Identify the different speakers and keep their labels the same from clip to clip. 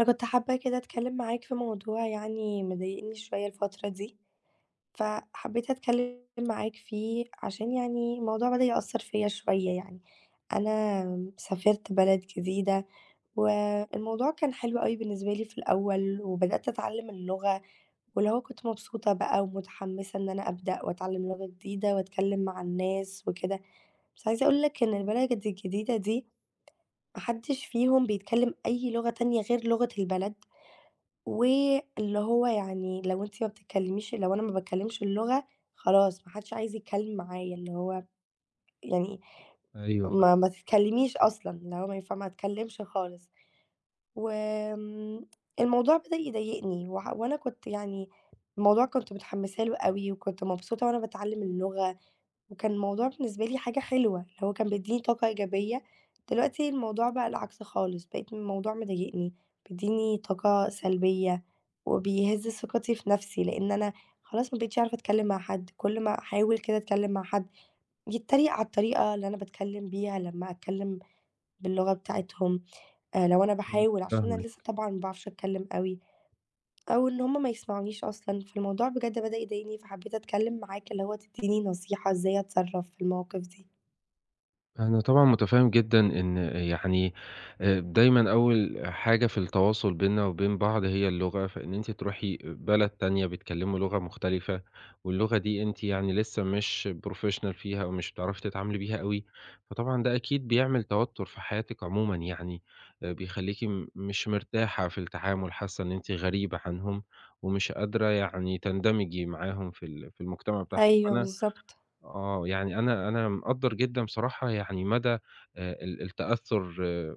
Speaker 1: أنا كنت حابة كده أتكلم معاك في موضوع يعني مضايقني شوية الفترة دي، فحبيت أتكلم معاك فيه عشان يعني الموضوع بدأ يأثر فيا شوية يعني، أنا سافرت بلد جديدة والموضوع كان حلو أوي بالنسبة لي في الأول، وبدأت أتعلم اللغة واللي هو كنت مبسوطة بقى ومتحمسة إن أنا أبدأ وأتعلم لغة جديدة وأتكلم مع الناس وكده، بس عايزة أقول لك إن البلد الجديدة دي محدش فيهم بيتكلم أي لغة تانية غير لغة البلد. واللي هو يعني لو أنتِ ما بتتكلميش لو أنا ما باتكلمش اللغة خلاص ما حدش عايز يتكلم معايا، اللي هو يعني
Speaker 2: أيوه.
Speaker 1: ما تتكلميش أصلًا، اللي هو ما ينفع ما أتكلمش خالص، وآمم، الموضوع بدأ يضايقني وأنا كنت يعني الموضوع كنت متحمسة له أوي، وكنت مبسوطة وأنا باتعلم اللغة. وكان الموضوع بالنسبة لي حاجة حلوة، اللي هو كان بيدّيني طاقة إيجابية، دلوقتي الموضوع بقى العكس خالص، بقيت الموضوع مضايقني، بيدّيني طاقة سلبية، وبيهز ثقتي في نفسي، لإن أنا خلاص ما بقيتش عارفة أتكلّم مع حد، كل ما أحاول كده أتكلّم مع حد يتريق على الطريقة اللي أنا باتكلّم بيها لمّا أتكلّم باللغة بتاعتهم، لو أنا
Speaker 2: إمم،
Speaker 1: باحاول عشان أنا لسه
Speaker 2: فاهمِك.
Speaker 1: طبعًا ما باعرفش أتكلّم أوي، أو إن هم ما يسمعونيش أصلًا، فالموضوع بجد بدأ يضايقني، فحبيت أتكلّم معاك اللي هو تدّيني نصيحة إزاي أتصرّف في المواقف دي.
Speaker 2: أنا طبعًا مُتفهِّم جدًا إن يعني دايمًا أول حاجة في التواصل بيننا وبين بعض هي اللغة، فإن أنتِ تروحي بلد تانية بيتكلّموا لغة مختلفة واللغة دي أنتِ يعني لسه مش professional فيها أو مش بتعرفي تتعاملي بيها أوي، فطبعًا ده أكيد بيعمل توتُّر في حياتِك عمومًا يعني. بيخلّيكِ مش مرتاحة في التعامل، حاسّة إن أنتِ غريبة عنهم ومش قادرة يعني تندمجي معاهم في في المجتمع بتاعهم.
Speaker 1: أيوه
Speaker 2: فأنا
Speaker 1: بالضبط،
Speaker 2: آه، يعني أنا مقدّر جدًا بصراحة يعني مدى التأثُّر آه،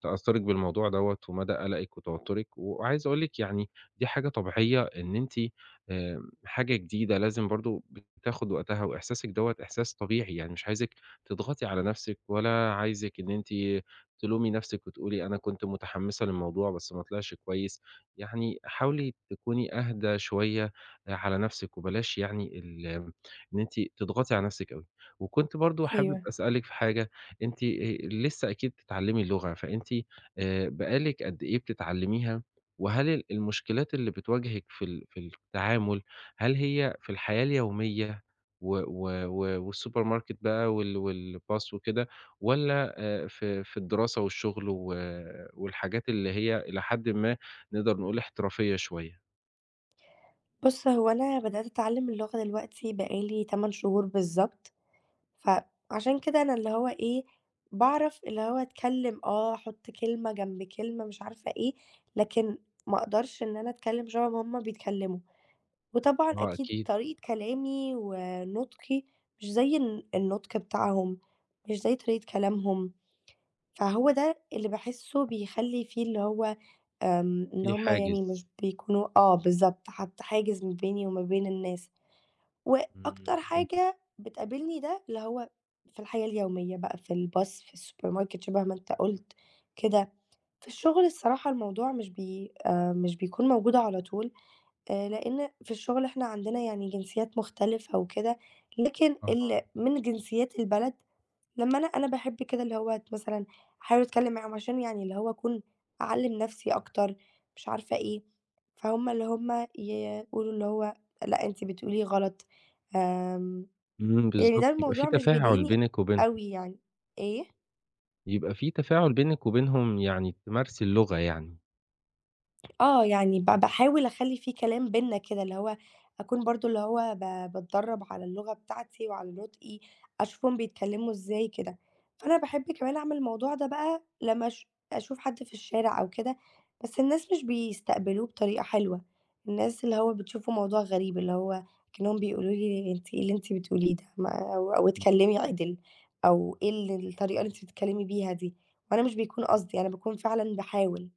Speaker 2: تأثُّرِك بالموضوع دوّة ومدى قلقِك وتوتُّرِك، وعايز أقول لِك يعني دي حاجة طبيعية إن أنتِ حاجة جديدة لازم برضه بتاخُد وقتها وإحساسِك دوّة إحساس طبيعي، يعني مش عايزِك تضغطي على نَفْسِك ولا عايزِك إن أنتِ تلومي نَفْسِك وتقولي أنا كنت متحمّسة للموضوع بس ما طلعش كويس، يعني حاولي تكوني أهدى شوية آه، على نَفْسِك وبلاش يعني إن أنتِ تضغطي على نفسِك أوي. وكنت برضه حابب
Speaker 1: أيوه.
Speaker 2: أسألِك في حاجة، أنتِ لسه أكيد بتتعلّمي اللغة، فأنتِ بقى لِك قد إيه بتتعلّميها؟ وهل المشكلات اللي بتواجهِك في في التعامل، هل هي في الحياة اليومية و والسوبر ماركت بقى والباص وكده، والّا في في الدراسة والشغل و والحاجات اللي هي إلى حدٍ ما نقدر نقول احترافية شوية؟
Speaker 1: بُص، هو أنا بدأت أتعلّم اللغة دلوقتي بقى لي 8 شهور بالضبط، فعشان كده أنا اللي هو إيه، باعرف اللي هو أتكلّم أحُط كلمة جنب كلمة مش عارفة إيه، لكن ما أقدرش إن أنا أتكلّم شبه ما هُم بيتكلّموا. وطبعًا
Speaker 2: آه
Speaker 1: أكيد
Speaker 2: أكيد.
Speaker 1: طريقة كلامي ونُطقي مش زي النُطق بتاعهم، مش زي طريقة كلامهم، فهو ده اللي باحسّه بيخلّي في اللي هو إن
Speaker 2: في
Speaker 1: هُم يعني
Speaker 2: حاجز.
Speaker 1: مش بيكونوا بالضبط، حاط حاجز ما بيني وما بين الناس،
Speaker 2: إمم،
Speaker 1: وأكتر
Speaker 2: فاهم.
Speaker 1: حاجة بتقابلني ده اللي هو في الحياة اليومية بقى، في الباص، في السوبر ماركت شبه ما أنت قُلت كده. في الشغل الصراحة الموضوع مش بي مش بيكون موجود على طول، لإن في الشغل إحنا عندنا يعني جنسيات مختلفة وكده، لكن
Speaker 2: آه.
Speaker 1: من جنسيات البلد لمّا أنا باحب كده اللي هو مثلًا أحاول أتكلم معاهم عشان يعني اللي هو أكون أعلّم نفسي أكتر، مش عارفة إيه، فهُم اللي هُم يقولوا اللي هو لأ أنتِ بتقولي غلط، آمم،
Speaker 2: إمم،
Speaker 1: يعني
Speaker 2: بالضبط،
Speaker 1: ده
Speaker 2: يبقى في
Speaker 1: الموضوع مش
Speaker 2: تفاعل
Speaker 1: بيضايقني
Speaker 2: بينِك وبينهم.
Speaker 1: أوي يعني. إيه؟
Speaker 2: يبقى في تفاعل بينِك وبينهم يعني تمارسي اللغة يعني.
Speaker 1: آه، يعني باحاول أخلّي في كلام بيننا كده، اللي هو أكون برضه اللي هو باتدرّب على اللغة بتاعتي وعلى نطقي، أشوفهم بيتكلّموا إزاي كده. فأنا باحب كمان أعمل الموضوع ده بقى لمّا أشوف حد في الشارع أو كده، بس الناس مش بيستقبلوه بطريقة حلوة، الناس اللي هو بتشوفه موضوع غريب، اللي هو كأنهم بيقولوا لي أنتِ إيه اللي أنتِ بتقوليه ده ما أو أو اتكلّمي عِدِل، أو إيه الطريقة اللي أنتِ بتتكلّمي بيها دي، وأنا مش بيكون قصدي، أنا باكون فعلًا باحاول،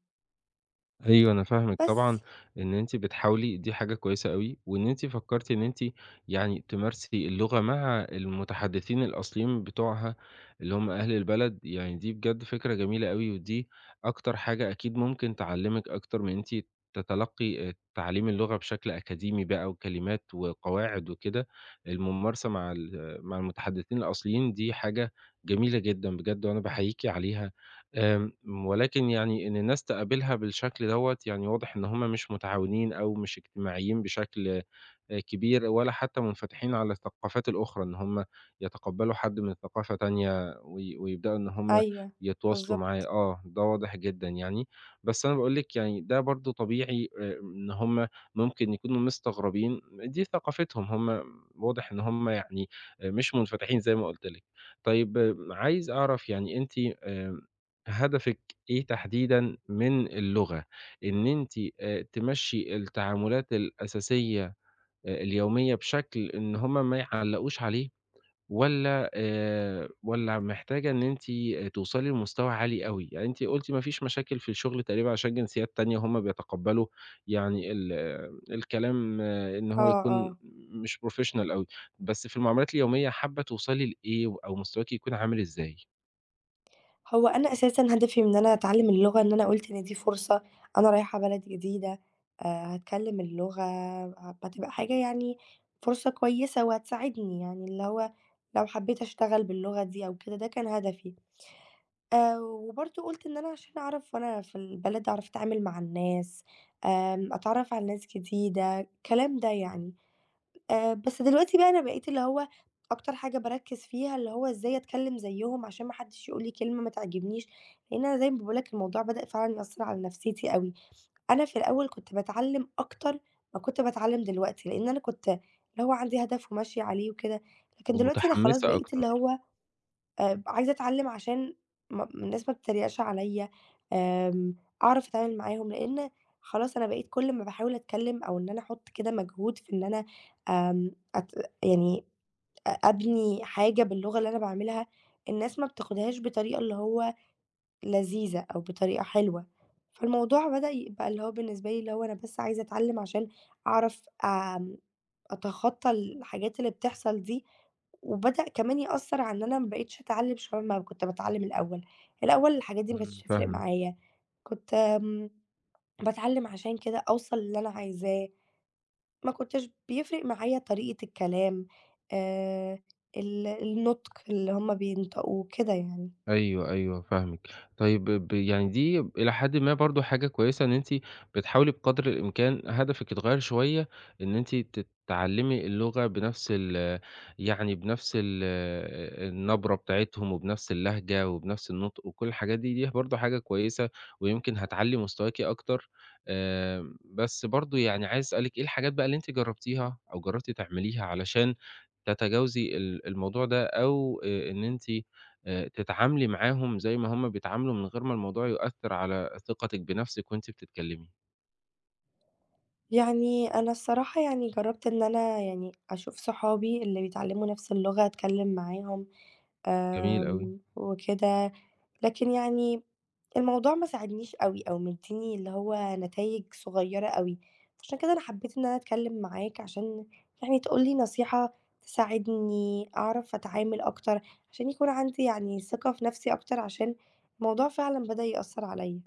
Speaker 2: أيوه أنا فاهمِك طبعًا،
Speaker 1: بس.
Speaker 2: إن أنتِ بتحاولي دي حاجة كويسة أوي، وإن أنتِ فكّرتِ إن أنتِ يعني تمارسي اللغة مع المتحدثين الأصليين بتوعها، اللي هم أهل البلد، يعني دي بجد فكرة جميلة أوي، ودي أكتر حاجة أكيد ممكن تعلّمِك أكتر من إن أنتِ تتلقي تعليم اللغة بشكل أكاديمي بقى وكلمات وقواعد وكده، الممارسة مع مع المتحدثين الأصليين دي حاجة جميلة جدًا بجد، وأنا باحييكِ عليها. آمم، ولكن يعني إن الناس تقابلها بالشكل دوّة، يعني واضح إن هُم مش متعاونين أو مش اجتماعيين بشكل كبير، ولا حتى منفتحين على الثقافات الأخرى، إن هم يتقبّلوا حد من ثقافة تانية ويبدأوا إن هم
Speaker 1: أيوه،
Speaker 2: يتواصلوا معاه،
Speaker 1: بالضبط.
Speaker 2: آه، ده واضح جدًا يعني. بس أنا باقول لِك يعني ده برضه طبيعي إن هم ممكن يكونوا مستغربين، دي ثقافتهم، هم واضح إن هم يعني مش منفتحين زي ما قُلت لِك. طيب آه، عايز أعرف يعني أنتِ آمم هدفِك إيه تحديدًا من اللغة؟ إن أنتِ تمشّي التعاملات الأساسية اليومية بشكل إن هم ما يعلّقوش عليه والّا محتاجة إن أنتِ توصلي لمستوى عالي أوي؟ يعني أنتِ قُلتِ ما فيش مشاكل في الشغل تقريبًا عشان جنسيات تانية هم بيتقبّلوا يعني آه، الكلام آه، إن هو
Speaker 1: آه،
Speaker 2: يكون
Speaker 1: آه.
Speaker 2: مش professional أوي، بس في المعاملات اليومية حابة توصلي لإيه أو مستواكِ يكون عامل إزاي؟
Speaker 1: هو أنا أساسًا هدفي من إن أنا أتعلّم اللغة إن أنا قُلت إن دي فرصة، أنا رايحة بلد جديدة، آآ هاتكلّم اللغة، هتبقى حاجة يعني فرصة كويسة وهتساعدني، يعني اللي هو لو حبّيت أشتغل باللغة دي أو كده، ده كان هدفي. وبرضه قُلت إن أنا عشان أعرف وأنا في البلد أعرف أتعامل مع الناس، أتعرّف على ناس جديدة، الكلام ده يعني. بس دلوقتي بقى أنا بقيت اللي هو أكتر حاجة باركّز فيها اللي هو إزاي أتكلّم زيّهم عشان ما حدّش يقول لي كلمة ما تعجبنيش، لإن أنا زي ما باقول لك الموضوع بدأ فعلًا يأثّر على نفسيتي أوي. أنا في الأول كنت باتعلّم أكتر ما كنت باتعلّم دلوقتي، لإن أنا كنت اللي هو عندي هدف وماشية عليه وكده، لكن دلوقتي أنا خلاص
Speaker 2: ومتحمّسة
Speaker 1: بقيت اللي
Speaker 2: أكتر.
Speaker 1: هو عايزة أتعلّم عشان الناس ما تتريقش عليَّ، آمم أعرف أتعامل معاهم، لإن خلاص أنا بقيت كل ما باحاول أتكلّم أو إن أنا أحُط كده مجهود في إن أنا آمم أت يعني أبني حاجة باللغة اللي أنا باعملها، الناس ما بتاخدهاش بطريقة اللي هو لذيذة أو بطريقة حلوة، فالموضوع بدأ يبقى اللي هو بالنسبة لي اللي هو أنا بس عايزة أتعلّم عشان أعرف أتخطّى الحاجات اللي بتحصل دي، وبدأ كمان يأثّر على إن أنا ما بقيتش أتعلّم شبه ما كنت باتعلّم الأول، الأول الحاجات دي ما
Speaker 2: إمم،
Speaker 1: كانتش تفرق
Speaker 2: فاهمِك.
Speaker 1: معايا، كنت باتعلّم عشان كده أوصل للي أنا عايزاه، ما كنتش بيفرق معايا طريقة الكلام آآ ال النُطق اللي هُم بينطقوه كده يعني.
Speaker 2: أيوه، أيوه فاهمِك. طيب يعني دي إلى حدٍ ما برضه حاجة كويسة إن أنتِ بتحاولي بقدر الإمكان هدفِك يتغيّر شوية، إن أنتِ تتعلّمي اللغة بنفس يعني بنفس النبرة بتاعتهم وبنفس اللهجة وبنفس النطق وكل الحاجات دي، دي برضه حاجة كويسة ويمكن هتعلّي مستواكِ أكتر. آمم، بس برضه يعني عايز أسألِك إيه الحاجات بقى اللي أنتِ جرّبتيها أو جرّبتِ تعمليها علشان تتجاوزي الموضوع ده أو إن أنتِ تتعاملي معاهم زي ما هُم بيتعاملوا من غير ما الموضوع يؤثّر على ثقتِك بنفسِك وأنتِ بتتكلمي.
Speaker 1: يعني أنا الصراحة يعني جرّبت إن أنا يعني أشوف صحابي اللي بيتعلّموا نَفْس اللغة أتكلّم معاهم
Speaker 2: جميل أوي.
Speaker 1: وكده، لكن يعني الموضوع ما ساعدنيش أوي، أو مدّيني اللي هو نتايج صغيّرة أوي، عشان كده أنا حبّيت إن أنا أتكلّم معاك عشان يعني تقول لي نصيحة تساعدني أعرف أتعامل أكتر، عشان يكون عندي يعني ثقة في نَفْسي أكتر عشان الموضوع فعلًا بدأ يأثّر عليّا.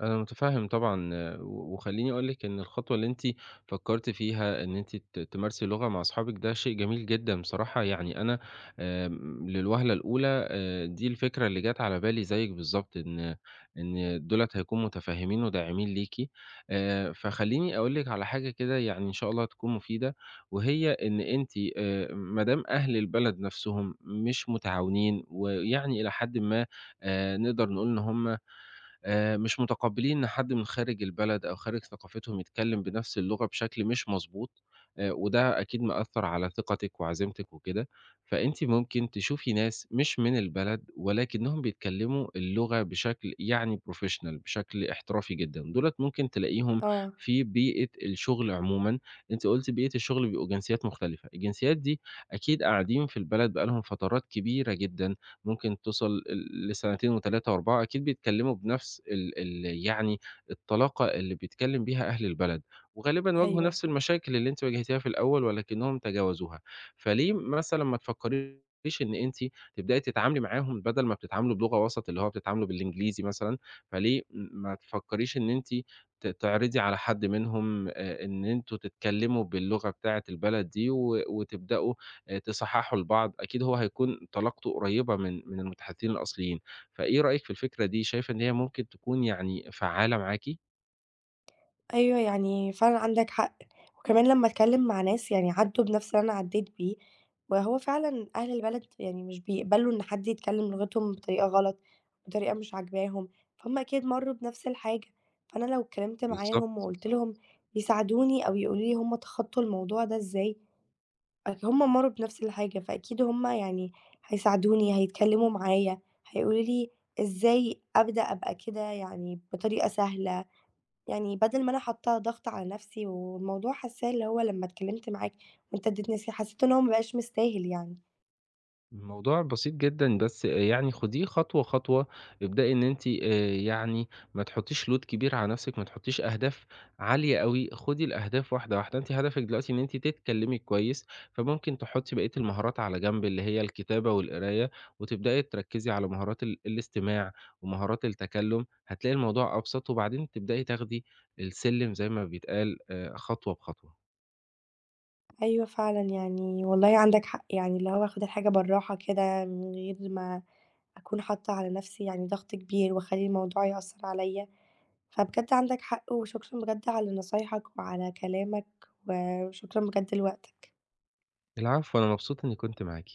Speaker 2: أنا متفهم طبعًا، آه، وخلّيني أقول لِك إن الخطوة اللي أنتِ فكرتِ فيها إن أنتِ تمارسي اللغة مع أصحابِك ده شيء جميل جدًا بصراحة، يعني أنا آمم، للوهلة الأولى دي الفكرة اللي جات على بالي زيِّك بالضبط، إن دُولة هيكونوا متفهمين وداعمين ليكِ، فخلّيني أقول لِك على حاجة كده يعني إن شاء الله تكون مفيدة، وهي إن أنتِ ما دام أهل البلد نفسهم مش متعاونين، ويعني إلى حدٍ ما نقدر نقول إن هُم مش متقبّلين إن حد من خارج البلد أو خارج ثقافتهم يتكلّم بنفس اللغة بشكل مش مضبوط، وده أكيد مأثّر على ثقتِك وعزيمتِك وكده، فأنتِ ممكن تشوفي ناس مش من البلد ولكنهم بيتكلّموا اللغة بشكل يعني professional بشكل احترافي جدًا، دُولة ممكن تلاقيهم
Speaker 1: آه،
Speaker 2: في بيئة الشغل عمومًا، أنتِ قُلتِ بيئة الشغل بيبقوا جنسيات مختلفة، الجنسيات دي أكيد قاعدين في البلد بقى لهم فترات كبيرة جدًا، ممكن توصل لسنتين و3 و4 أكيد بيتكلموا بنفس ال يعني الطلاقة اللي بيتكلم بيها أهل البلد، وغالبًا واجهوا
Speaker 1: أيوه.
Speaker 2: نفس المشاكل اللي أنتِ واجهتيها في الأول ولكنهم تجاوزوها، فليه مثلًا ما تفكريش إن أنتِ تبدئي تتعاملي معاهم بدل ما بتتعاملوا بلغة وسط، اللي هو بتتعاملوا بالإنجليزي مثلًا، فليه ما تفكريش إن أنتِ تعرضي على حد منهم إن أنتم تتكلموا باللغة بتاعة البلد دي وتبدأوا تصحّحه لبعض، أكيد هيكون طلاقته قريّبة من المتحدثين الأصليين، فإيه رأيِك في الفكرة دي، شايفة إن هي ممكن تكون يعني فعّالة معاكِ؟
Speaker 1: أيوه، يعني فعلًا عندك حق، وكمان لمّا أتكلّم مع ناس يعني عدّوا بنفس اللي أنا عدّيت بيه، وهو فعلًا أهل البلد يعني مش بيقبلوا إن حد يتكلّم لغتهم بطريقة غلط، بطريقة مش عاجباهم، فهُم أكيد مرّوا بنفس الحاجة، فأنا لو اتكلّمت معاهم
Speaker 2: بالضبط.
Speaker 1: وقُلت لهم يساعدوني أو يقولوا لي هُم تخطّوا الموضوع ده إزاي، أصل هُم مرّوا بنفس الحاجة، فأكيد هُم يعني هيساعدوني، هيتكلّموا معايا، هيقولوا لي إزاي أبدأ أبقى كده يعني بطريقة سهلة. يعني بدل ما أنا حاطّة ضغط على نفسي، والموضوع حاسّاه اللي هو لمّا اتكلّمت معاك وأنت ادّيتني نصيحة، حسّيت إن هو ما بقاش مستاهل يعني.
Speaker 2: الموضوع بسيط جدًا، بس آه، يعني خُديه خطوة، خطوة. ابدئي إن أنتِ يعني ما تحُطّيش load كبير على نَفْسِك، ما تحُطّيش أهداف عالية أوي، خُدي الأهداف واحدة، واحدة. أنتِ هدفِك دلوقتي إن أنتِ تتكلّمي كويس، فممكن تحُطّي بقية المهارات على جنب اللي هي الكتابة والقراية وتبدئي تركّزي على مهارات الاستماع ومهارات التكلُّم، هتلاقي الموضوع أبسط وبعدين تبدئي تاخدي السلِّم زي ما بيتقال خطوة بخطوة.
Speaker 1: أيوه فعلًا يعني والله عندك حق، يعني اللي هو آخُد الحاجة بالراحة كده من غير ما أكون حاطّة على نفسي يعني ضغط كبير واخلّي الموضوع يأثّر عليّا. فبجد عندك حق، وشكرًا بجد على نصايحك وعلى كلامك، وشكرًا بجد لوقتك.
Speaker 2: العفو، أنا مبسوط إنّي كنت معاكِ.